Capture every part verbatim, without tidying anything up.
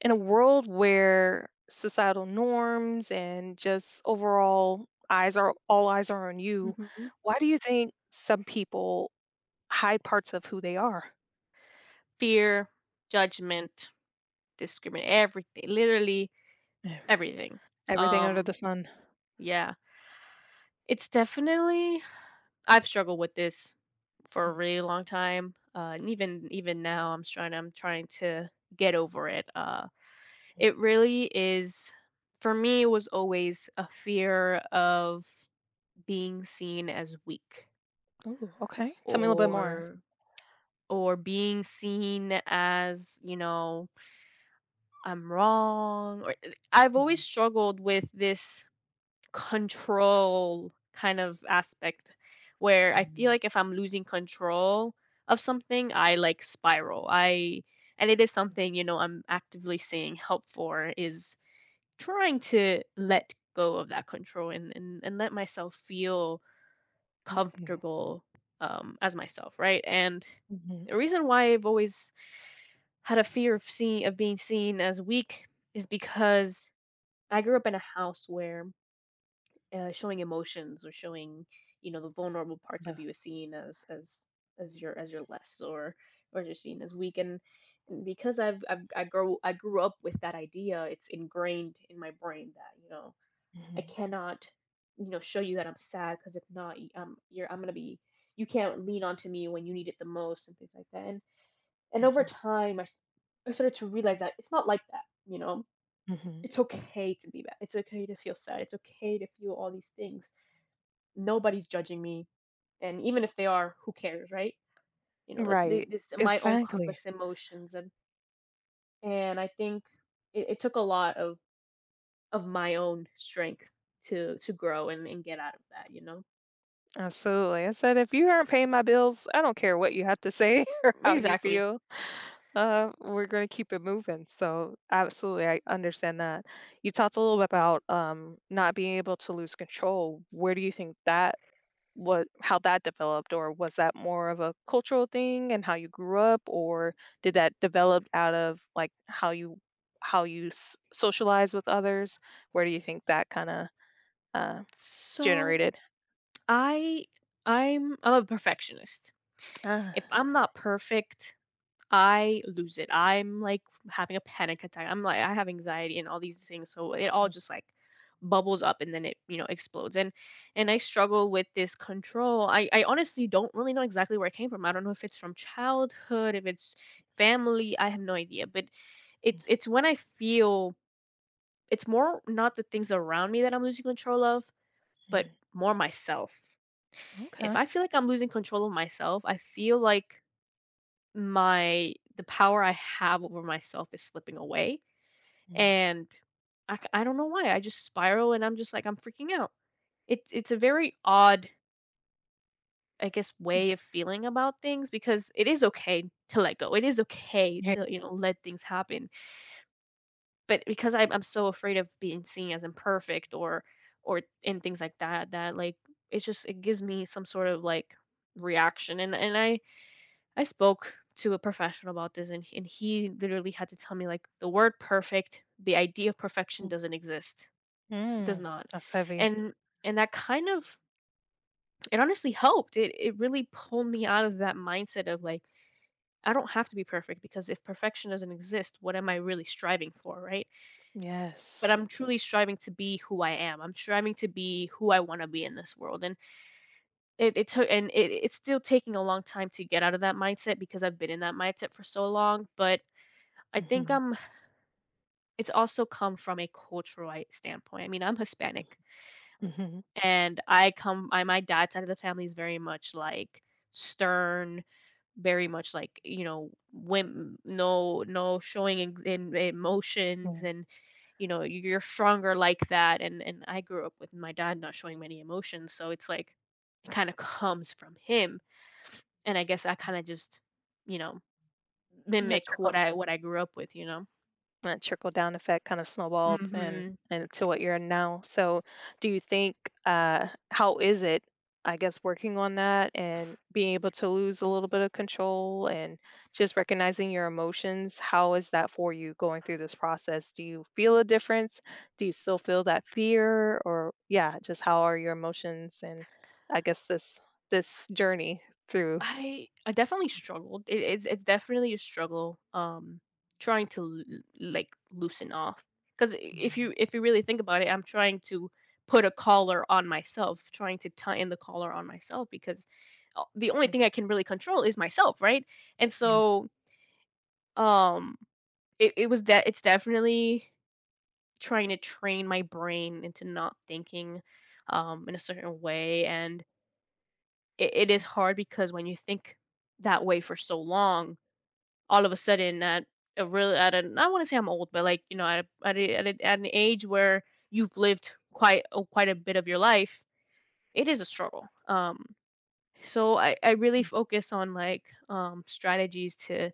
In a world where societal norms and just overall eyes are — all eyes are on you, Mhm. why do you think some people hide parts of who they are? Fear, Mm. judgment, discrimination everything, literally everything. Everything under Um, the sun. yeah, it's definitely I've struggled with this for a Mhm. really long time. Uh, and even even now, I'm trying. I'm trying to get over it. Uh, mhm. It really is. For me, it was always a fear of being seen as weak Ooh, okay. Tell me a little bit more. or or being seen as you know I'm wrong or eh, I've always Mhm. struggled with this control kind of aspect where I feel Mhm. like if I'm losing control of something I, like, spiral I And it is something you know I'm actively seeing help for is trying to let go of that control and and, and let myself feel Ooh. comfortable, um, as myself, right? And Mhm. the reason why I've always had a fear of seeing of being seen as weak is because I grew up in a house where uh, showing emotions or showing, you know, the vulnerable parts of but- you is seen as as as your as your less or or you're seen as weak. And, and because I've, I've I grow I grew up with that idea, it's ingrained in my brain that you know I mhm. cannot, you know, show you that I'm sad because if not, y- um, you're I'm gonna be you can't lean onto me when you need it the most and things like that. And and over Mhm. time, I s- I started to realize that it's not like that, you know. Mhm. It's okay to be bad. It's okay to feel sad. It's okay to feel all these things. Nobody's judging me, and even if they are, who cares, right? You know, that they, Right. this my own Exactly. complex emotions, and and I think it, it took a lot of of my own strength to to grow and, and get out of that, you know. Absolutely. I said, if you aren't paying my bills, I don't care what you have to say or how you Exactly. feel. Uh, we're going to keep it moving. So, absolutely, I understand that. You talked a little bit about um, not being able to lose control. Where do you think that — what, how that developed, or was that more of a cultural thing and how you grew up, or did that develop out of like how you how you s- socialize with others? Where do you think that kind of uh, So generated? I I'm I'm a perfectionist. Ah. If I'm not perfect, I lose it. I'm like having a panic attack. I'm like I have anxiety and all these things. So it all just like bubbles up and then it, you know, explodes. And and I struggle with this control. I I honestly don't really know exactly where it came from. I don't know if it's from childhood, if it's family, I have no idea. But it's it's when I feel it's more not the things around me that I'm losing control of but Mm. more myself. If Okay. I feel like I'm losing control of myself, I feel like my the power I have over myself is slipping away, Mm. and I, c- I don't know why. I just spiral, and I'm just like I'm freaking out. It's it's a very odd, I guess, way of feeling about things because it is okay to let go. It is okay Yeah. to you know let things happen. But because I'm I'm so afraid of being seen as imperfect or or and things like that, that like it just it gives me some sort of like reaction. And and I I spoke to a professional about this, and he- and he literally had to tell me like the word perfect, the idea of perfection Mm. doesn't exist, does Mm. not, That's heavy. and and that kind of it honestly helped. It it really pulled me out of that mindset of like I don't have to be perfect because if perfection doesn't exist, what am I really striving for, right? But Yes. I'm truly striving to be who I am. I'm striving to be who I want to be in this world, and it it took and it, it's still taking a long time to get out of that mindset because I've been in that mindset for so long. But I think Hmm. I'm. It's also come from a cultural standpoint. I mean, I'm Hispanic, Mhm. and I come. I My dad's side of the family is very much like stern, very much like, you know, when no no showing ex- in Yeah. emotions and, you know, you're stronger like that. And and I grew up with my dad not showing many emotions, so it's like it kind of comes from him, and I guess I kind of just, you know, that mimic what trickle i what i grew up with you know that trickle down effect kinda snowballed and Hmm. and to what you're in now. So, do you think, uh, how is it, I guess, working on that and being able to lose a little bit of control and just recognizing your emotions? How is that for you going through this process? Do you feel a difference? Do you still feel that fear? Or yeah, just how are your emotions and I guess this this journey through. I I definitely struggled. It, it's it's definitely a struggle. Um, trying to l- like loosen off because if you if you really think about it, I'm trying to put a collar on myself, trying to tighten the collar on myself because uh, the only thing I can really control is myself, right? And so, um, it it was that it's definitely trying to train my brain into not thinking, um, in a certain way, and it, it is hard because when you think that way for so long all of a sudden at a really at an I want to say I'm old, but like you know at a, at, a, at, a, at an age where you've lived quite a, quite a bit of your life, it is a struggle. Um, so I I really Ừm. focus on like um strategies to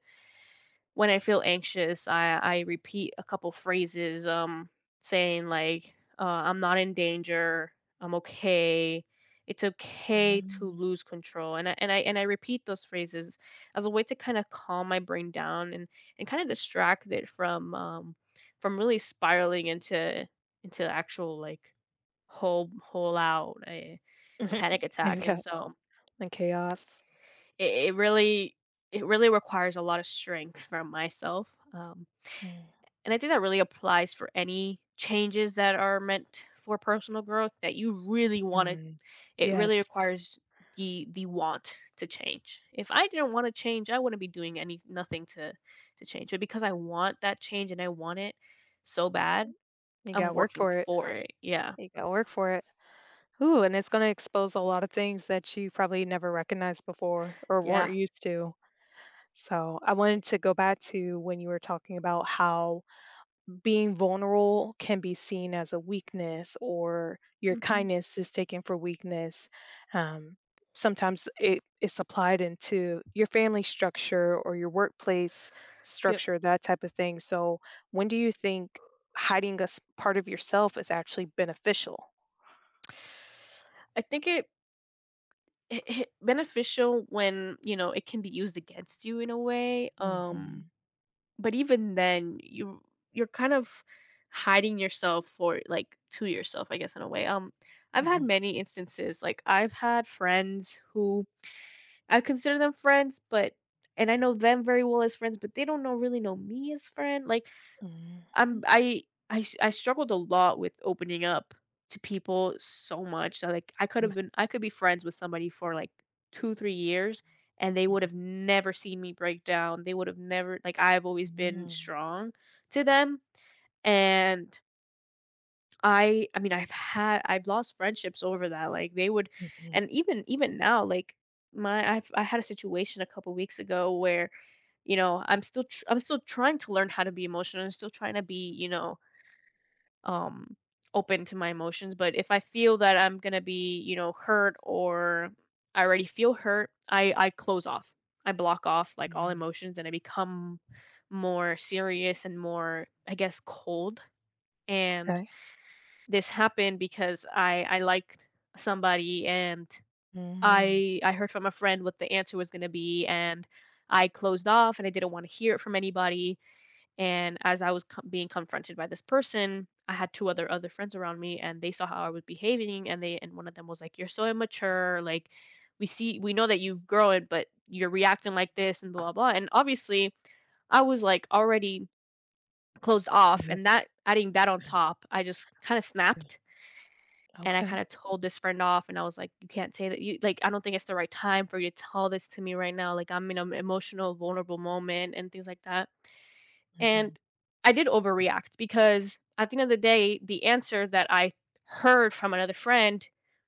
when I feel anxious, I I repeat a couple phrases, um, saying like, uh, "I'm not in danger. I'm okay. It's okay to Mm. lose control." And I and I and I repeat those phrases as a way to kind of calm my brain down and and kind of distract it from um from really spiraling into into actual like whole whole out a, a panic You attack. And got so the chaos. it, it really it really requires a lot of strength from myself. Um, Mm. And I think that really applies for any changes that are meant for personal growth that you really want it. Mm. It Yes. really requires the the want to change. If I didn't want to change, I wouldn't be doing any nothing to to change. But because I want that change and I want it so bad, You gotta I'm work working for it. for it. Yeah. You gotta work for it. Ooh, and it's gonna expose a lot of things that you probably never recognized before or weren't Yeah. used to. So I wanted to go back to when you were talking about how being vulnerable can be seen as a weakness or your Hmm. kindness is taken for weakness. Um, sometimes it, it's applied into your family structure or your workplace Yep. structure, that type of thing. So when do you think hiding a s- part of yourself is actually beneficial? I think it, it, it beneficial when, you know, it can be used against you in a way. Um, Mhm. but even then, you you're kind of hiding yourself for like to yourself, I guess in a way. Um, I've had Mhm. many instances. Like I've had friends who I consider them friends, but and I know them very well as friends, but they don't know really know me as friend. Like Mhm. I'm I I s I struggled a lot with opening up to people so much that, like, I could Mhm. have been I could be friends with somebody for, like, two, three years, and they would have never seen me break down. They would have never like, I've always been Mhm. strong to them, and I I mean, I've had I've lost friendships over that, like, they would Mhm. and even even now, like, my I've I had a situation a couple weeks ago where, you know, I'm still tr I'm still trying to learn how to be emotional. I'm still trying to be, you know, um, open to my emotions. But if I feel that I'm gonna be, you know, hurt or I already feel hurt, I I close off. I block off like all Mhm. emotions and I become more serious and more, I guess, cold. And Okay. this happened because I I liked somebody and Mm-hmm. I I heard from a friend what the answer was gonna be and I closed off and I didn't want to hear it from anybody and as I was co- being confronted by this person, I had two other other friends around me, and they saw how I was behaving, and they and one of them was like, "You're so immature. Like, we see, we know that you've grown, but you're reacting like this, and blah blah." blah." And obviously, I was like already closed off, and that adding that on top, I just kind of snapped, and I kind Okay. of told this friend off, and I was like, "You can't say that. You like, I don't think it's the right time for you to tell this to me right now. Like, I'm in an emotional, vulnerable moment, and things like that." Mhm. And I did overreact because at the end of the day, the answer that I heard from another friend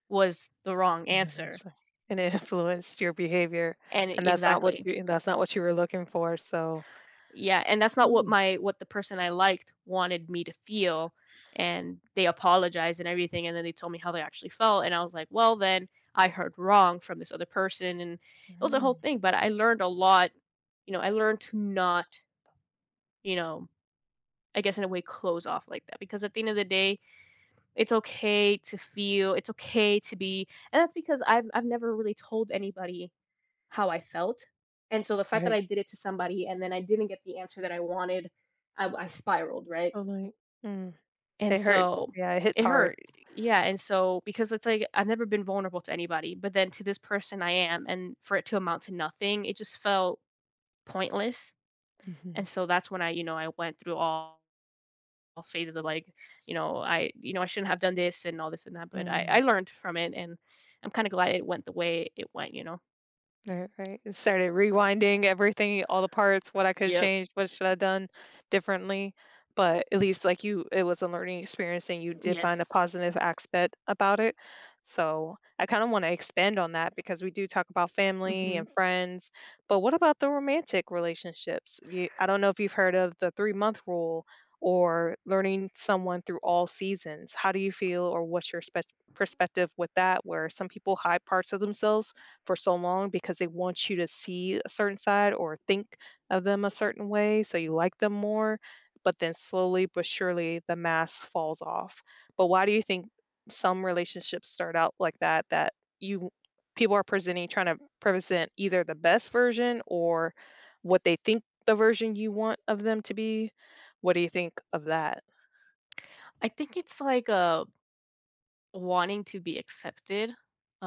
was the wrong Yeah, that makes answer. sense. And it influenced your behavior, And and that's not what exactly. you and that's not what you were looking for, so. Yeah, and that's not what Mm. my what the person I liked wanted me to feel. And they apologized and everything, and then they told me how they actually felt. And I was like, well, then I heard wrong from this other person. And it was a whole Mm. thing, but I learned a lot. You know, I learned to not, you know, I guess in a way close off like that. Because at the end of the day, it's okay to feel, it's okay to be and that's because I've I've never really told anybody how I felt, and so the fact that Right. I did it to somebody and then I didn't get the answer that I wanted, I I spiraled, right? Oh, like. Mm. And It hurt. so Yeah, it hits it hard. hurt. Yeah, and so because it's like I've never been vulnerable to anybody, but then to this person I am, and for it to amount to nothing, it just felt pointless, and Mhm. so that's when I, you know, I went through all phases of like, you know, I you know, I shouldn't have done this and all this and that, but I I Mm. learned from it, and I'm kind of glad it went the way it went, you know? Right, right. It started rewinding everything, all the parts, what I could have Yep. changed, what should I have done differently. But at least like you, it was a learning experience and you did find a Yes. positive aspect about it. So I kind of want to expand on that because we do talk about family Hmm. and friends, but what about the romantic relationships? You, I don't know if you've heard of the three month rule or learning someone through all seasons. How do you feel or what's your spe- perspective with that, where some people hide parts of themselves for so long because they want you to see a certain side or think of them a certain way so you like them more, but then slowly but surely the mask falls off? But why do you think some relationships start out like that that you — people are presenting, trying to present either the best version or what they think the version you want of them to be? What do you think of that? I think it's like uh wanting to be accepted,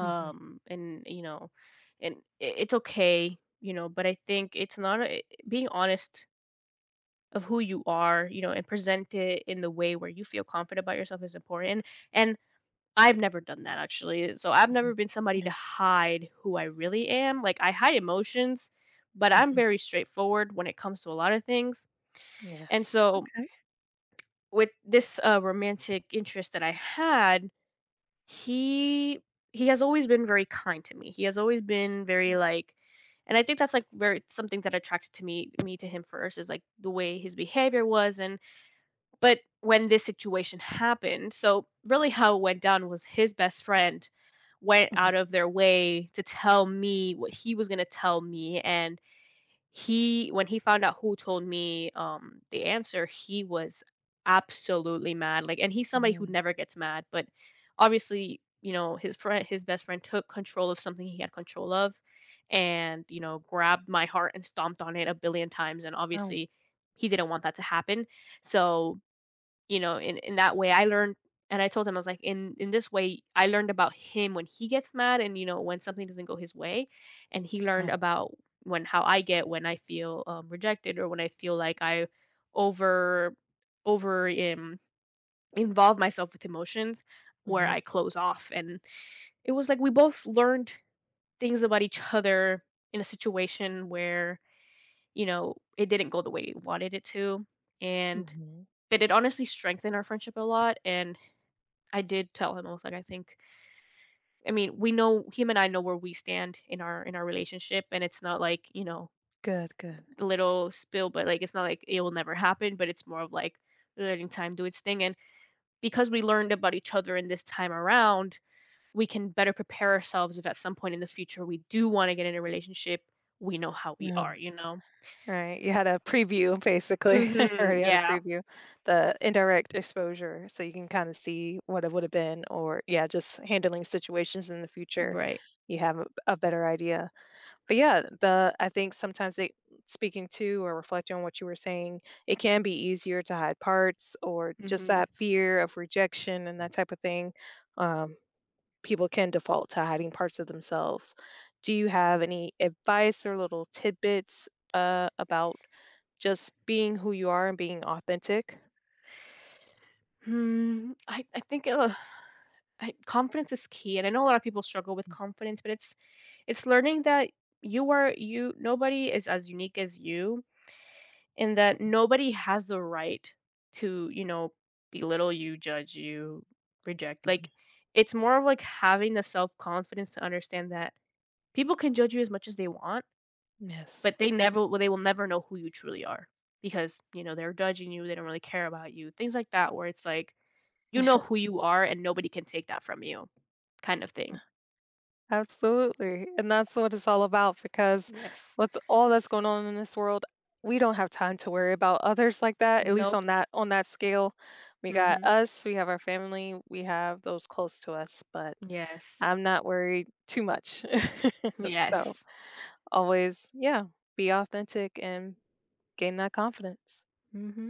Hmm. and you know, and i- it's okay, you know. But I think it's not a, being honest of who you are, you know, and present it in the way where you feel confident about yourself is important. And I've never done that actually, so I've never Hmm. been somebody to Yeah. hide who I really am. Like, I hide emotions, but I'm Mhm. very straightforward when it comes to a lot of things, and Yes. so Okay. with this, uh, romantic interest that I had, he he has always been very kind to me, he has always been very, like, and I think that's, like, very something that attracted to me me to him first is, like, the way his behavior was. And but when this situation happened, so really how it went down was his best friend went Mhm. out of their way to tell me what he was gonna tell me, and he when he found out who told me, um, the answer, he was absolutely mad, like, and he's somebody who Mhm. never gets mad, but obviously, you know, his friend his best friend took control of something he had control of and, you know, grabbed my heart and stomped on it a billion times, and Oh, obviously, he didn't want that to happen. So you know, in in that way I learned, and I told him, I was like, "In in this way, I learned about him when he gets mad and, you know, when something doesn't go his way, and he learned right. about when how I get when I feel, um, rejected, or when I feel like I over over, um, involve myself with emotions where I close off." And it was like we both learned things about each other in a situation where, you know, it didn't go the way we wanted it to, and Hmm. but it honestly strengthened our friendship a lot. And I did tell him, I was like, I think I mean, we know him and I know where we stand in our in our relationship, and it's not like, you know, Good, good. a little spill, but like it's not like it will never happen, but it's more of like letting time do its thing. And because we learned about each other in this time around, we can better prepare ourselves if at some point in the future we do want to get in a relationship, we know how we No. are, you know? All right. You had a preview basically. I Hmm. already had a Yeah. preview. The indirect exposure, so you can kind of see what it would have been, or yeah, just handling situations in the future. Right. You have a, a better idea. But yeah, the I think sometimes they — speaking to or reflecting on what you were saying, it can be easier to hide parts or just Mm-hmm. that fear of rejection and that type of thing. Um, people can default to hiding parts of themselves. Do you have any advice or little tidbits, uh, about just being who you are and being authentic? Hmm. I, I think uh, I, confidence is key. And I know a lot of people struggle with confidence, but it's It's learning that you are you, nobody is as unique as you, and that nobody has the right to, you know, belittle you, judge you, reject. Like Mhm. it's more of like having the self-confidence to understand that people can judge you as much as they want, Yes. but they never well, they will never know who you truly are because, you know, they're judging you, they don't really care about you. Things like that where it's like you know who you are and nobody can take that from you, kind of thing. Absolutely. And that's what it's all about because Yes. with all that's going on in this world, we don't have time to worry about others like that, at least Nope. on that on that scale. We got Mhm. us, we have our family, we have those close to us, but Yes. I'm not worried too much. So Yes. always, yeah, be authentic and gain that confidence. Mhm.